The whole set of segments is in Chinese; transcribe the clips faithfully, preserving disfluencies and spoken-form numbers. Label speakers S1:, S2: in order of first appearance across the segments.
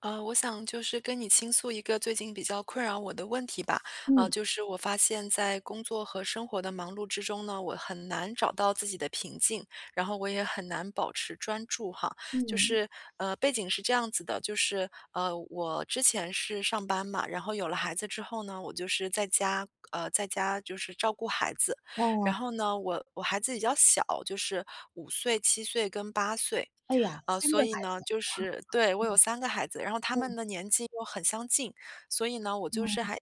S1: 呃，我想就是跟你倾诉一个最近比较困扰我的问题吧。呃，
S2: 嗯
S1: 就是我发现在工作和生活的忙碌之中呢，我很难找到自己的平静，然后我也很难保持专注哈。就
S2: 嗯，
S1: 是呃，背景是这样子的，就是呃，我之前是上班嘛，然后有了孩子之后呢，我就是在家。呃，在家就是照顾孩子，
S2: 哦，
S1: 然后呢，我我孩子比较小，就是五岁、七岁跟八岁，
S2: 哎呀
S1: 呃，
S2: 三个
S1: 所以
S2: 孩
S1: 呢，
S2: 子，
S1: 就是对，我有
S2: 嗯，
S1: 三个孩子，然后他
S2: 嗯，
S1: 们的年纪又很相近，所以呢，我就是
S2: 哦，
S1: 还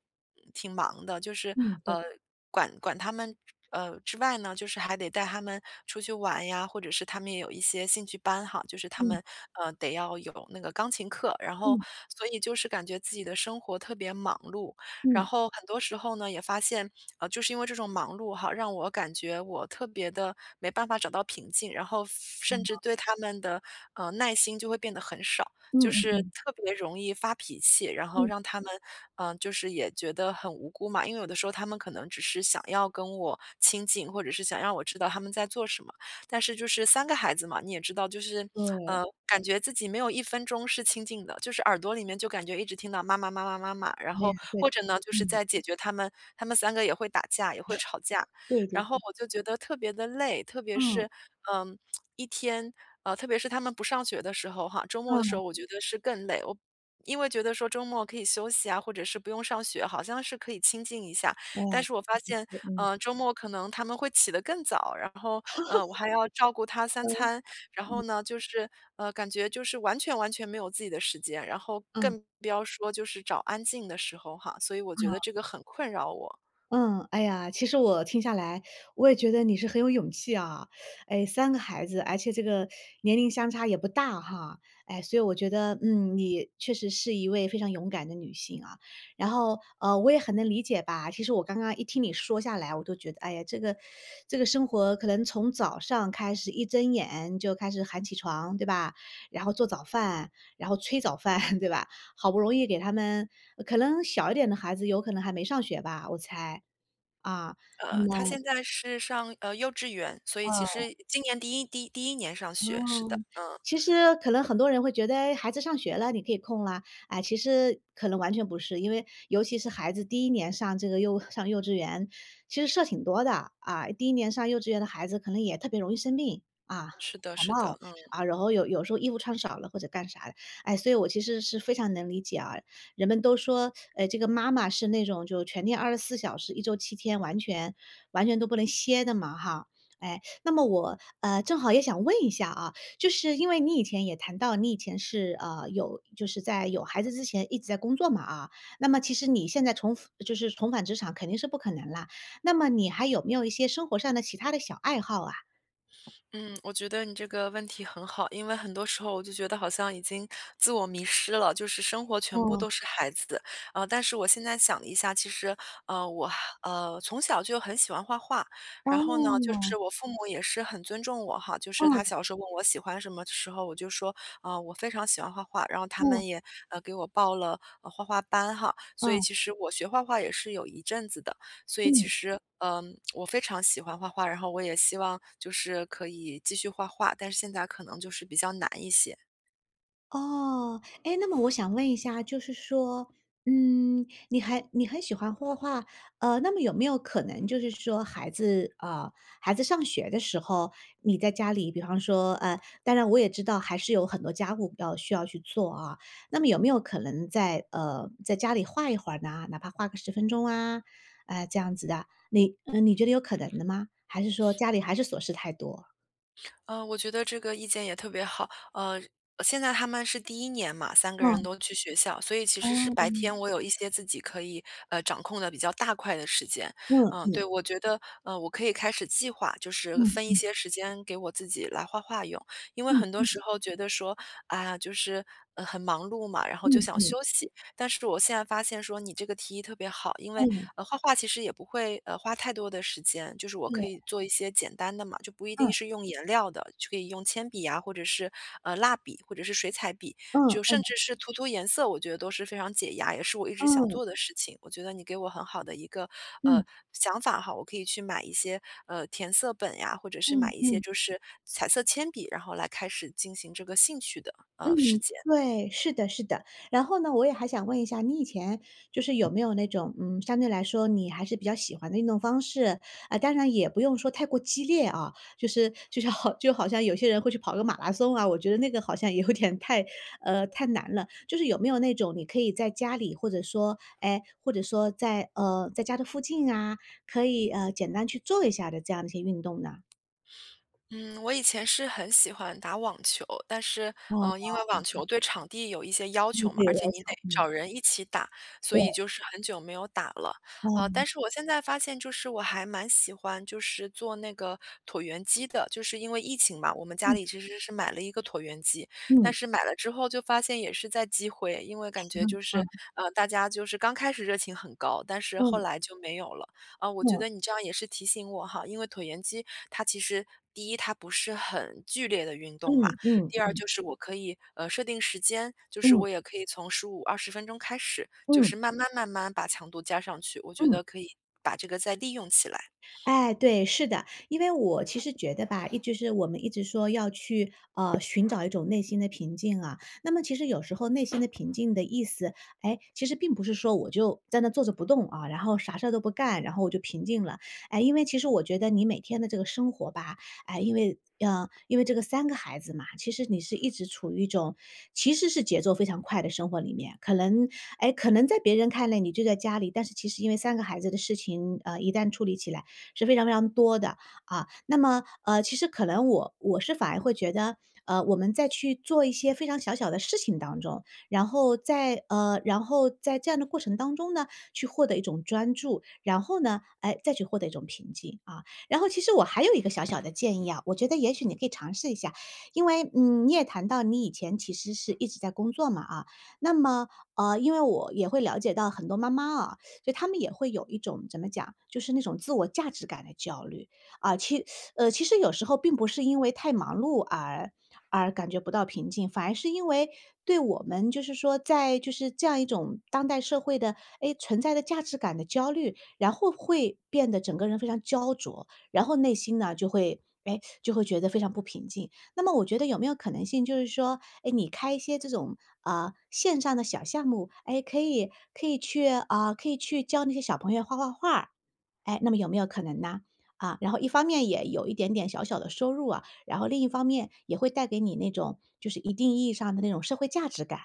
S1: 挺忙的，就是，
S2: 嗯，对，
S1: 呃，管管他们，呃，之外呢，就是还得带他们出去玩呀，或者是他们也有一些兴趣班哈，就是他
S2: 嗯，
S1: 们，呃，得要有那个钢琴课，然后
S2: 嗯，
S1: 所以就是感觉自己的生活特别忙碌。然
S2: 嗯，
S1: 后很多时候呢，也发现，呃，就是因为这种忙碌哈，让我感觉我特别的没办法找到平静，然后甚至
S2: 哦，
S1: 对他们的，呃，耐心就会变得很少，
S2: 嗯
S1: 就
S2: 嗯
S1: 是
S2: 嗯，
S1: 特别容易发脾气，然后
S2: 嗯，
S1: 让他们，嗯，就是也觉得很无辜嘛。因为有的时候他们可能只是想要跟我亲近，或者是想让我知道他们在做什么。但是就是三个孩子嘛，你也知道，就是，
S2: 对，
S1: 呃，感觉自己没有一分钟是清静的，就是耳朵里面就感觉一直听到“妈妈妈妈妈妈”，然
S2: 哎呀，
S1: 后
S2: 对
S1: 或
S2: 的，
S1: 者呢，就是
S2: 嗯，
S1: 在解决他们他们三个也会打架，也会吵架。
S2: 对对
S1: 然后
S2: 对，
S1: 我就觉得特别的累，特别
S2: 嗯，
S1: 是，嗯，一天呃，特别是他们不上学的时候哈，周末的时
S2: 嗯，
S1: 候我觉得是更累。我因为觉得说周末可以休息啊，或者是不用上学，好像是可以清静一下。
S2: 哇，
S1: 但是我发
S2: 嗯，
S1: 现，
S2: 嗯。
S1: 呃，周末可能他们会起得更早，然后，呃，我 还要照顾他三
S2: 嗯，
S1: 餐，然
S2: 嗯
S1: 后呢，就是，呃，感觉就是完全完全没有自己的时间，然后
S2: 嗯。
S1: 更不要说就是找安静的时候哈，所以我觉得这个很困扰我。
S2: 嗯，哎呀，其实我听下来，我也觉得你是很有勇气啊。哎三个孩子，而且这个年龄相差也不大哈。哎，所以我觉得，嗯，你确实是一位非常勇敢的女性啊。然后，呃，我也很能理解吧。其实我刚刚一听你说下来，我都觉得，哎呀，这个这个生活可能从早上开始，一睁眼就开始喊起床，对吧？然后做早饭，然后催早饭，对吧？好不容易给他们呃可能小一点的孩子有可能还没上学吧，我猜。啊，
S1: 呃，
S2: 那
S1: 他
S2: 么
S1: 现在是上，呃，幼稚园，所以其
S2: 呃
S1: 实今年第一第一第一年上
S2: 哦，
S1: 学，是的，嗯，
S2: 其实可能很多人会觉得，哎，孩子上学了，你可以空了。哎，其实可能完全不是，因为尤其是孩子第一年上这个幼上幼稚园，其实事儿挺多的啊。第一年上幼稚园的孩子可能也特别容易生病啊，
S1: 是的
S2: 感
S1: 是的，
S2: 冒
S1: 嗯。
S2: 啊，然后有有时候衣服穿少了或者干啥的，哎，所以我其实是非常能理解啊。人们都说，呃，这个妈妈是那种就全天二十四小时，一周七天，完全完全都不能歇的嘛，哈。哎，那么我呃正好也想问一下啊，就是因为你以前也谈到你以前是呃有就是在有孩子之前一直在工作嘛啊，那么其实你现在重复就是重返职场肯定是不可能啦。那么你还有没有一些生活上的其他的小爱好啊？
S1: 嗯，我觉得你这个问题很好，因为很多时候我就觉得好像已经自我迷失了，就是生活全部
S2: 哦，
S1: 都是孩子。呃，但是我现在想了一下，其实，呃，我还呃从小就很喜欢画画，
S2: 哦，
S1: 然后呢，就
S2: 嗯
S1: 是我父母也是很尊重我哈，就是他
S2: 嗯
S1: 小时候问我喜欢什么的时候，我就说，啊、呃我非常喜欢画画，然后他
S2: 嗯
S1: 们也呃给我报了呃画画班哈，所以其实我学画画也是有一阵子的。所以其
S2: 嗯。
S1: 实，嗯，我非常喜欢画画，然后我也希望就是可以继续画画，但是现在可能就是比较难一些。
S2: 哦，哎，那么我想问一下，就是说，嗯，你还你很喜欢画画，呃，那么有没有可能就是说，孩子啊，呃孩子上学的时候，你在家里，比方说，呃，当然我也知道还是有很多家务要需要去做啊，那么有没有可能在呃，在家里画一会儿呢？哪怕画个十分钟啊，呃，这样子的，你呃，你觉得有可能的吗？还是说家里还是琐事太多？
S1: 嗯，我觉得这个意见也特别好。呃，现在他们是第一年嘛三个人
S2: 嗯，
S1: 都去学校，所以其
S2: 哦，
S1: 实是白
S2: 嗯
S1: 天我有一些自己可以，呃，掌控的比较大块的时间。
S2: 嗯
S1: 嗯，
S2: 嗯
S1: 对，我觉得，呃，我可以开始计划，就是分一
S2: 嗯
S1: 些时间给我自己来画画用。因为
S2: 嗯
S1: 很多
S2: 嗯嗯。
S1: 时候觉得说，啊，就是，呃，很忙碌嘛，然后就想
S2: 嗯
S1: 休息。但是我现在发现说你这个提议特别好，因为，
S2: 嗯，
S1: 呃，画画其实也不会，呃，花太多的时间，就是我
S2: 对，
S1: 可以做一些简单的嘛，就不一
S2: 嗯，
S1: 定是用颜料的，就可以用铅笔呀，或者是，呃，蜡笔或者是水彩笔，
S2: 嗯
S1: 就
S2: 嗯，
S1: 甚至是涂涂颜色，我觉得都是非常解压，也是我一直
S2: 嗯，
S1: 想
S2: 嗯，
S1: 做的事情。我觉得你给我很好的一个，呃，
S2: 嗯
S1: 想法哈，我可以去买一些，呃，填色本呀，或者是买一些
S2: 嗯，
S1: 就是彩色铅笔，然后来开始进行这个兴趣的，呃，实
S2: 嗯，
S1: 践。
S2: 对，是的是的。然后呢，我也还想问一下，你以前就是有没有那种，嗯，相对来说你还是比较喜欢的运动方式？啊，当然也不用说太过激烈啊，就是就是好就好像有些人会去跑个马拉松啊，我觉得那个好像有点太呃，太难了。就是有没有那种你可以在家里，或者说，哎，或者说在呃，在家的附近啊，可以，呃，简单去做一下的这样的一些运动呢？
S1: 嗯，我以前是很喜欢打网球，但是，嗯，因为网球对场地有一些要
S2: 嗯，
S1: 求嘛，
S2: 对，有
S1: 而
S2: 要
S1: 且你得
S2: 求，嗯，
S1: 找人一起打，所
S2: 对，
S1: 以就是很久没有打了。呃，
S2: 啊，
S1: 但是我现在发现，就是我还蛮喜欢，就是做那个椭圆机的，就是因为疫情嘛，我们家
S2: 嗯，
S1: 里其实是买了一个椭圆机，但
S2: 嗯，
S1: 是买了之后就发现也是在积灰，因为感觉
S2: 嗯，
S1: 就是，
S2: 嗯，
S1: 呃，大家就是刚开始热情很高，但是后
S2: 嗯，
S1: 来就没有了。啊，我觉
S2: 嗯，
S1: 得你这样也是提醒我哈，因为椭圆机它其实第一它不是很剧烈的运动嘛，
S2: 嗯，嗯，
S1: 第二就是我可以，呃，设定时间，就是
S2: 嗯，
S1: 我也可以从十五二十分钟开始，就
S2: 嗯，
S1: 是慢慢慢慢把强度加上去，我觉
S2: 嗯。
S1: 得可以把这个再利用起来。
S2: 哎，对，是的。因为我其实觉得吧，一直是我们一直说要去，呃，寻找一种内心的平静啊。那么其实有时候内心的平静的意思，哎，其实并不是说我就在那坐着不动啊，然后啥事儿都不干，然后我就平静了。哎，因为其实我觉得你每天的这个生活吧，哎，因为呃，因为这个三个孩子嘛，其实你是一直处于一种其实是节奏非常快的生活里面。可能哎，可能在别人看来你就在家里，但是其实因为三个孩子的事情，呃，一旦处理起来是非常非常多的，啊。那么，呃，其实可能我我是反而会觉得，呃，我们在去做一些非常小小的事情当中，然后在呃，然后在这样的过程当中呢，去获得一种专注，然后呢，哎，再去获得一种平静，啊。然后其实我还有一个小小的建议啊，我觉得也许你可以尝试一下，因为，嗯，你也谈到你以前其实是一直在工作嘛，啊，那么，呃，因为我也会了解到很多妈妈啊，所以他们也会有一种怎么讲，就是那种自我价值感的焦虑。啊，其呃，其实有时候并不是因为太忙碌而而感觉不到平静，反而是因为对我们就是说在就是这样一种当代社会的哎存在的价值感的焦虑，然后会变得整个人非常焦灼，然后内心呢就会哎就会觉得非常不平静。那么我觉得有没有可能性，就是说，哎，你开一些这种呃线上的小项目，哎，可以可以去啊、可以去教那些小朋友画画画哎，那么有没有可能呢？啊，然后一方面也有一点点小小的收入啊，然后另一方面也会带给你那种就是一定意义上的那种社会价值感。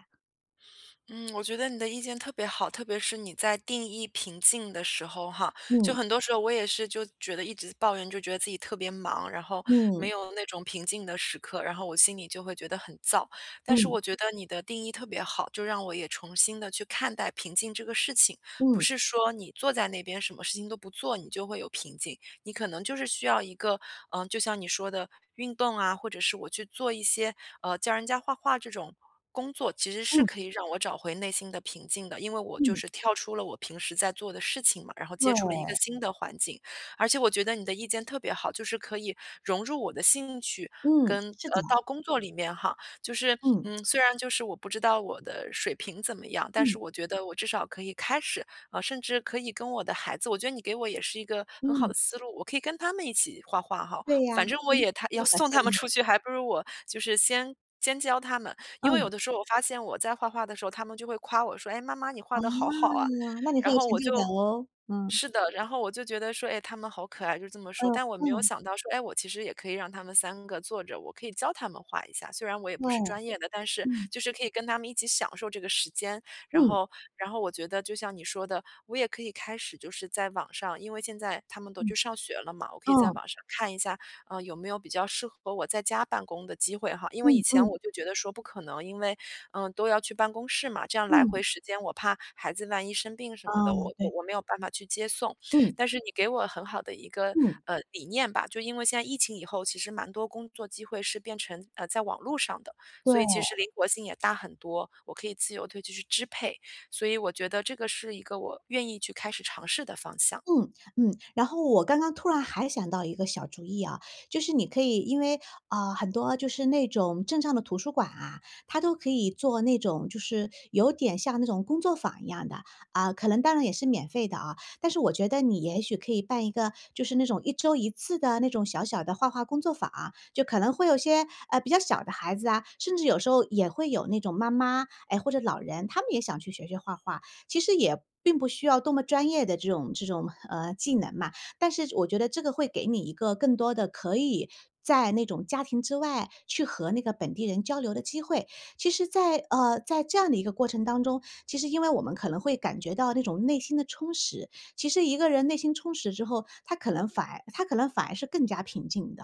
S1: 嗯，我觉得你的意见特别好，特别是你在定义瓶颈的时候哈，就
S2: 嗯
S1: 很多时候我也是就觉得一直抱怨，就觉得自己特别忙，然后
S2: 嗯
S1: 没有那种平静的时刻，然后我心里就会觉得很燥。但是
S2: 嗯
S1: 我觉得你的定义特别好，就让我也重新的去看待平静这个事情，不
S2: 嗯
S1: 是说你坐在那边什么事情都不做，你就会有平静。你可能就是需要一个，嗯，就像你说的运动啊，或者是我去做一些呃教人家画画这种工作，其实是
S2: 嗯
S1: 可以让我找回内心的平静的，因为我就
S2: 嗯，
S1: 是跳出了我平时在做的事情嘛，然后接触
S2: 对，
S1: 了一个新的环境，而且我觉得你的意见特别好，就是可以融入我的兴趣
S2: 嗯，
S1: 跟
S2: 是的，
S1: 呃到工作里面哈，就是
S2: 嗯
S1: 嗯，虽然就是我不知道我的水平怎么样，但
S2: 嗯
S1: 是我觉得我至少可以开始，啊，甚至可以跟我的孩子我觉得你给我也是一个很好
S2: 嗯，
S1: 的思路，我可以跟他们一起画画哈。
S2: 对呀、
S1: 反正我
S2: 嗯
S1: 也他
S2: 做
S1: 要
S2: 小
S1: 送他
S2: 项
S1: 们
S2: 目，
S1: 出去，还不如我就是先先教他们。因为
S2: 嗯。
S1: 有的时候我发现我在画画的时候，他们就会夸我说：“哎，妈妈，你画
S2: 啊，
S1: 的好好啊。”
S2: 那你很
S1: 然
S2: 有
S1: 后
S2: 成
S1: 我
S2: 就感
S1: 就
S2: 哦，嗯，
S1: 是的，然后我就觉得说，哎，他们好可爱，就这么
S2: 嗯，
S1: 说。但我没有
S2: 嗯，
S1: 想到说，哎，我其实也可以让他们三个坐着，我可以教他们画一下。虽然我也不
S2: 对，
S1: 是专业的，但是
S2: 嗯，
S1: 就是可以跟他们一起享受这个时间。然
S2: 嗯，
S1: 后然后我觉得就像你说的，我也可以开始就是在网上因为现在他们都去
S2: 嗯，
S1: 上学了嘛，我可以在
S2: 嗯，
S1: 网上看一下啊，有没有比较适合我在家办公的机会哈？因为
S2: 嗯，
S1: 以前
S2: 嗯，
S1: 我就觉得说不可能，因为，嗯，呃都要去办公室嘛，这样来
S2: 嗯，
S1: 回时间我怕孩子万一生病什
S2: 啊，
S1: 么的，我我
S2: 对，
S1: 我没有办法去接送。
S2: 嗯，
S1: 但是你给我很好的一个，
S2: 嗯，
S1: 呃，理念吧，就因为现在疫情以后，其实蛮多工作机会是变成，呃，在网络上的，所以其
S2: 对。
S1: 实灵活性也大很多，我可以自由地去支配，所以我觉得这个是一个我愿意去开始尝试的方向。
S2: 嗯嗯，然后我刚刚突然还想到一个小主意啊，就是你可以因为，啊很多就是那种镇上的图书馆啊，它都可以做那种就是有点像那种工作坊一样的，啊，可能当然也是免费的啊，但是我觉得你也许可以办一个就是那种一周一次的那种小小的画画工作坊啊就可能会有些，呃，比较小的孩子啊，甚至有时候也会有那种妈妈，哎，或者老人，他们也想去学学画画。其实也并不需要多么专业的这种这种，呃，技能嘛，但是我觉得这个会给你一个更多的可以在那种家庭之外去和那个本地人交流的机会。其实在呃，在这样的一个过程当中，其实因为我们可能会感觉到那种内心的充实，其实一个人内心充实之后，他可能反而他可能反而是更加平静的。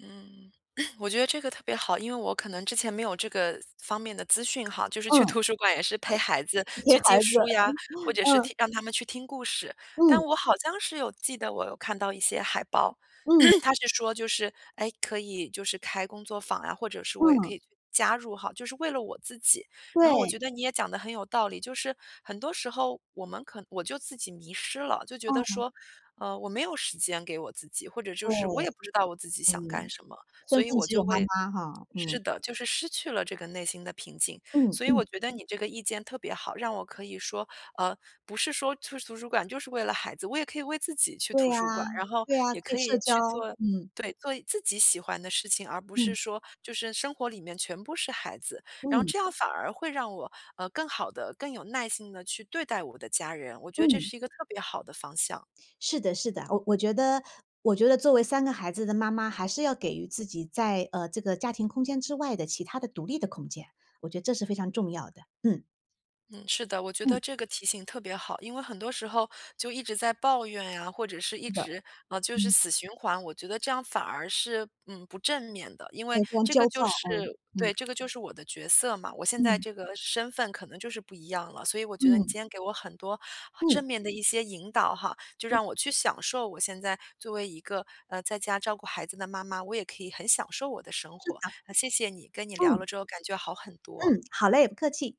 S1: 嗯，我觉得这个特别好，因为我可能之前没有这个方面的资讯哈，就是去
S2: 嗯，
S1: 图书馆也是陪孩子
S2: 陪
S1: 去
S2: 孩
S1: 借
S2: 子，
S1: 书呀，或者是
S2: 嗯，
S1: 听让他们去听故事。
S2: 嗯，
S1: 但我好像是有记得，我有看到一些海报，
S2: 嗯，
S1: 他是说就是哎，可以就是开工作坊呀，或者是我也可
S2: 嗯，
S1: 以去加入哈，就是为了我自己。然后我
S2: 对，
S1: 觉得你也讲的很有道理，就是很多时候我们可我就自己迷失了，就觉得
S2: 嗯，
S1: 说，呃，我没有时间给我自己，或者就是我
S2: 对，
S1: 也不知道我自己想干
S2: 嗯，
S1: 什么，所
S2: 身
S1: 以
S2: 份
S1: 我
S2: 只有
S1: 就
S2: 妈
S1: 会
S2: 妈哈，
S1: 是
S2: 嗯。
S1: 的，就是失去了这个内心的平静。
S2: 嗯
S1: 所以
S2: 嗯，
S1: 我觉得你这个意见特别好，让我可以说，呃，不是说去图书馆就是为了孩子，我也可以为自己去
S2: 对
S1: 图
S2: 呀，
S1: 书馆，然后
S2: 对呀，可
S1: 也
S2: 以
S1: 可
S2: 社
S1: 以
S2: 交，
S1: 去做
S2: 嗯
S1: 对，做自己喜欢的事情，而不是
S2: 嗯
S1: 说就是生活里面全部是孩子。然后
S2: 嗯
S1: 这样反而会让我，呃，更好的、更有耐心的去对待我的家人，我觉得这
S2: 嗯，
S1: 是一个特别好的方向。
S2: 是的是的，我我觉得我觉得作为三个孩子的妈妈，还是要给予自己在，呃，这个家庭空间之外的其他的独立的空间，我觉得这是非常重要的，嗯
S1: 嗯，是的，我觉
S2: 嗯，
S1: 得这个提醒特别好，因为很多时候就一直在抱怨呀，或者是一
S2: 是的，
S1: 直啊、呃就是
S2: 嗯，
S1: 死循环。我觉得这样反而是嗯不正面的，因为
S2: 对，非常
S1: 这
S2: 焦
S1: 个
S2: 躁，
S1: 就是
S2: 嗯
S1: 对，这个就是我的角色嘛，我现在
S2: 嗯
S1: 这个身份可能就是不一样了，所以我觉得
S2: 嗯
S1: 你
S2: 嗯，
S1: 今天给我很多
S2: 嗯，
S1: 正面的一些引导哈，就
S2: 嗯
S1: 让我去享受我现在作为一个呃在家照顾孩子的妈妈，我也可以很享受我的生
S2: 是
S1: 活
S2: 的，
S1: 啊、谢谢你，跟你聊
S2: 嗯
S1: 了之后感觉好很
S2: 嗯，
S1: 多。
S2: 好嘞，不客气。